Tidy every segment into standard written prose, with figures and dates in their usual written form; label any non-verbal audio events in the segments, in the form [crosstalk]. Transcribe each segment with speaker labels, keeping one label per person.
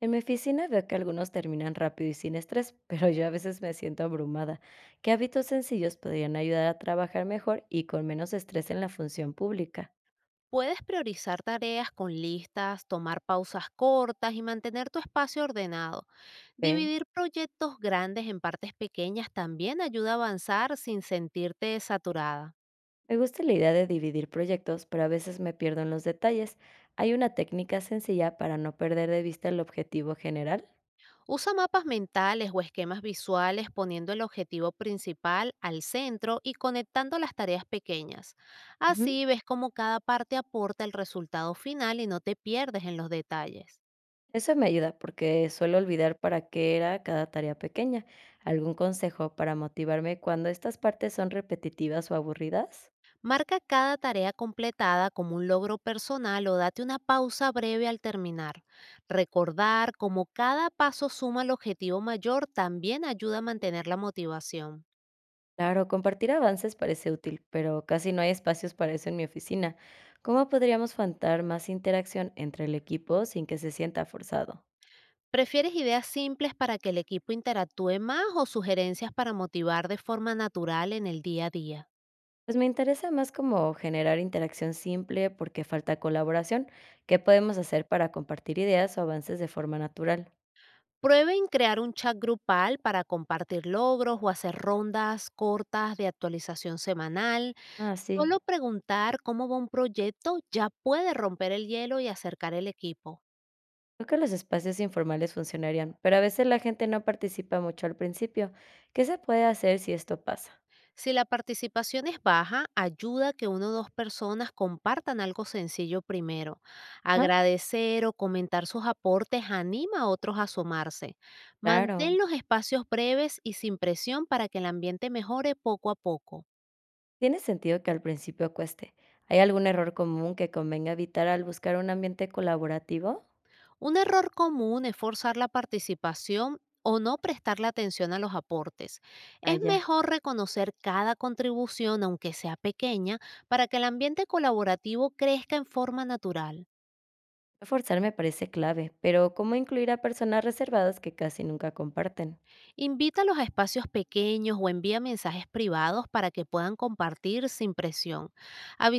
Speaker 1: En mi oficina veo que algunos terminan rápido y sin estrés, [laughs] pero yo a veces me siento abrumada. ¿Qué hábitos sencillos podrían ayudar a trabajar mejor y con menos estrés en la función pública?
Speaker 2: Puedes priorizar tareas con listas, tomar pausas cortas y mantener tu espacio ordenado.
Speaker 1: Ok.
Speaker 2: Dividir proyectos grandes en partes pequeñas también ayuda a avanzar sin sentirte saturada.
Speaker 1: Me gusta la idea de dividir proyectos, pero a veces me pierdo en los detalles. ¿Hay una técnica sencilla para no perder de vista el objetivo general?
Speaker 2: Usa mapas mentales o esquemas visuales poniendo el objetivo principal al centro y conectando las tareas pequeñas.
Speaker 1: Ujú.
Speaker 2: Así ves cómo cada parte aporta el resultado final y no te pierdes en los detalles.
Speaker 1: Eso me ayuda porque suelo olvidar para qué era cada tarea pequeña. ¿Algún consejo para motivarme cuando estas partes son repetitivas o aburridas?
Speaker 2: Marca cada tarea completada como un logro personal o date una pausa breve al terminar. Recordar cómo cada paso suma al objetivo mayor también ayuda a mantener la motivación.
Speaker 1: Claro, compartir avances parece útil, pero casi no hay espacios para eso en mi oficina. ¿Cómo podríamos faltar más interacción entre el equipo sin que se sienta forzado?
Speaker 2: ¿Prefieres ideas simples para que el equipo interactúe más o sugerencias para motivar de forma natural en el día a día?
Speaker 1: Pues me interesa más como generar interacción simple porque falta colaboración. ¿Qué podemos hacer para compartir ideas o avances de forma natural?
Speaker 2: Prueben crear un chat grupal para compartir logros o hacer rondas cortas de actualización semanal.
Speaker 1: Ah, sí.
Speaker 2: Solo preguntar cómo va un proyecto ya puede romper el hielo y acercar el equipo.
Speaker 1: Creo que los espacios informales funcionarían, pero a veces la gente no participa mucho al principio. ¿Qué se puede hacer si esto pasa?
Speaker 2: Si la participación es baja, ayuda a que una o dos personas compartan algo sencillo primero.
Speaker 1: Ah,
Speaker 2: Agradecer o comentar sus aportes anima a otros a sumarse.
Speaker 1: claro.
Speaker 2: Mantén los espacios breves y sin presión para que el ambiente mejore poco a poco.
Speaker 1: Tiene sentido que al principio cueste. ¿Hay algún error común que convenga evitar al buscar un ambiente colaborativo?
Speaker 2: Un error común es forzar la participación o no prestarle atención a los aportes.
Speaker 1: Ah,
Speaker 2: Es
Speaker 1: ya.
Speaker 2: mejor reconocer cada contribución, aunque sea pequeña, para que el ambiente colaborativo crezca en forma natural.
Speaker 1: No forzar me parece clave, pero ¿cómo incluir a personas reservadas que casi nunca comparten?
Speaker 2: Invítalos a espacios pequeños o envía mensajes privados para que puedan compartir sin presión.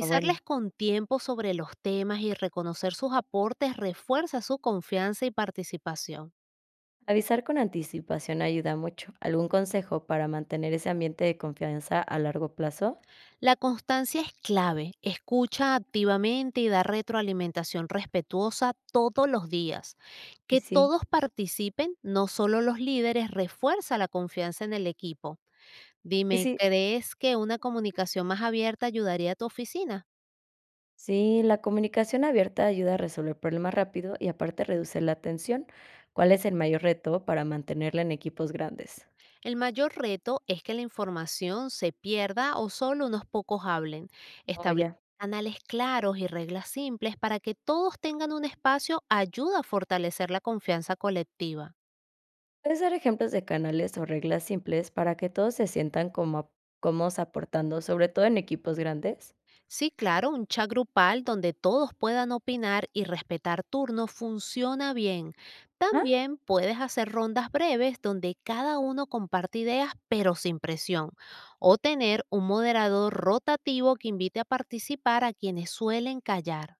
Speaker 1: Ah, bueno,
Speaker 2: con tiempo sobre los temas y reconocer sus aportes refuerza su confianza y participación.
Speaker 1: avisar con anticipación ayuda mucho. ¿Algún consejo para mantener ese ambiente de confianza a largo plazo?
Speaker 2: La constancia es clave. Escucha activamente y da retroalimentación respetuosa todos los días.
Speaker 1: Y
Speaker 2: Que
Speaker 1: sí,
Speaker 2: todos participen, no solo los líderes, refuerza la confianza en el equipo.
Speaker 1: y
Speaker 2: Dime,
Speaker 1: sí,
Speaker 2: ¿crees que una comunicación más abierta ayudaría a tu oficina?
Speaker 1: sí, la comunicación abierta ayuda a resolver problemas rápido y aparte reduce la tensión. ¿Cuál es el mayor reto para mantenerla en equipos grandes?
Speaker 2: El mayor reto es que la información se pierda o solo unos pocos hablen.
Speaker 1: Oh,
Speaker 2: Establecer
Speaker 1: ya.
Speaker 2: canales claros y reglas simples para que todos tengan un espacio ayuda a fortalecer la confianza colectiva.
Speaker 1: Puedes dar ejemplos de canales o reglas simples para que todos se sientan cómodos aportando, sobre todo en equipos grandes.
Speaker 2: Sí, claro, un chat grupal donde todos puedan opinar y respetar turnos funciona bien.
Speaker 1: Ah,
Speaker 2: También puedes hacer rondas breves donde cada uno comparte ideas pero sin presión. O tener un moderador rotativo que invite a participar a quienes suelen callar.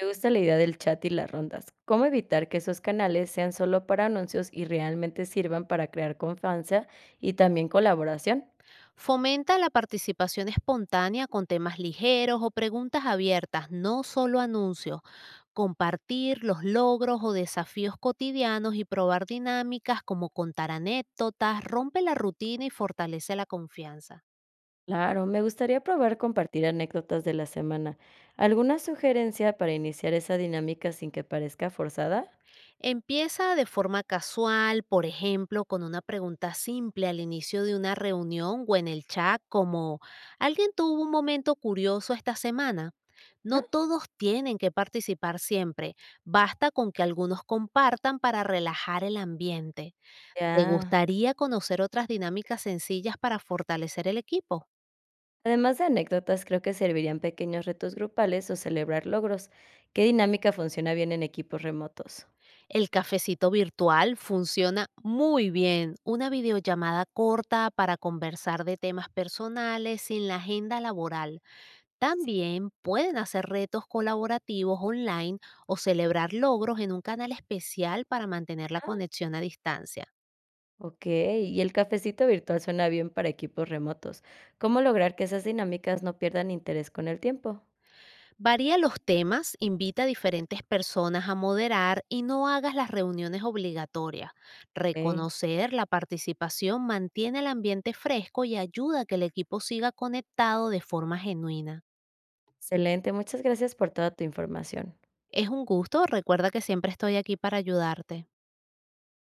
Speaker 1: me gusta la idea del chat y las rondas. ¿Cómo evitar que esos canales sean solo para anuncios y realmente sirvan para crear confianza y también colaboración?
Speaker 2: Fomenta la participación espontánea con temas ligeros o preguntas abiertas, no solo anuncios. Compartir los logros o desafíos cotidianos y probar dinámicas como contar anécdotas rompe la rutina y fortalece la confianza.
Speaker 1: Claro, me gustaría probar compartir anécdotas de la semana. ¿Alguna sugerencia para iniciar esa dinámica sin que parezca forzada?
Speaker 2: Empieza de forma casual, por ejemplo, con una pregunta simple al inicio de una reunión o en el chat como: ¿alguien tuvo un momento curioso esta semana? No
Speaker 1: Ah,
Speaker 2: todos tienen que participar siempre, basta con que algunos compartan para relajar el ambiente. ¿Te
Speaker 1: ya.
Speaker 2: gustaría conocer otras dinámicas sencillas para fortalecer el equipo?
Speaker 1: Además de anécdotas, creo que servirían pequeños retos grupales o celebrar logros. ¿Qué dinámica funciona bien en equipos remotos?
Speaker 2: El cafecito virtual funciona muy bien, una videollamada corta para conversar de temas personales sin la agenda laboral.
Speaker 1: Pues sí.
Speaker 2: También pueden hacer retos colaborativos online o celebrar logros en un canal especial para mantener la
Speaker 1: Ah,
Speaker 2: conexión a distancia.
Speaker 1: ok, y el cafecito virtual suena bien para equipos remotos. ¿Cómo lograr que esas dinámicas no pierdan interés con el tiempo?
Speaker 2: Varía los temas, invita a diferentes personas a moderar y no hagas las reuniones obligatorias.
Speaker 1: Ok,
Speaker 2: Reconocer la participación mantiene el ambiente fresco y ayuda a que el equipo siga conectado de forma genuina.
Speaker 1: excelente, muchas gracias por toda tu información.
Speaker 2: Es un gusto, recuerda que siempre estoy aquí para ayudarte.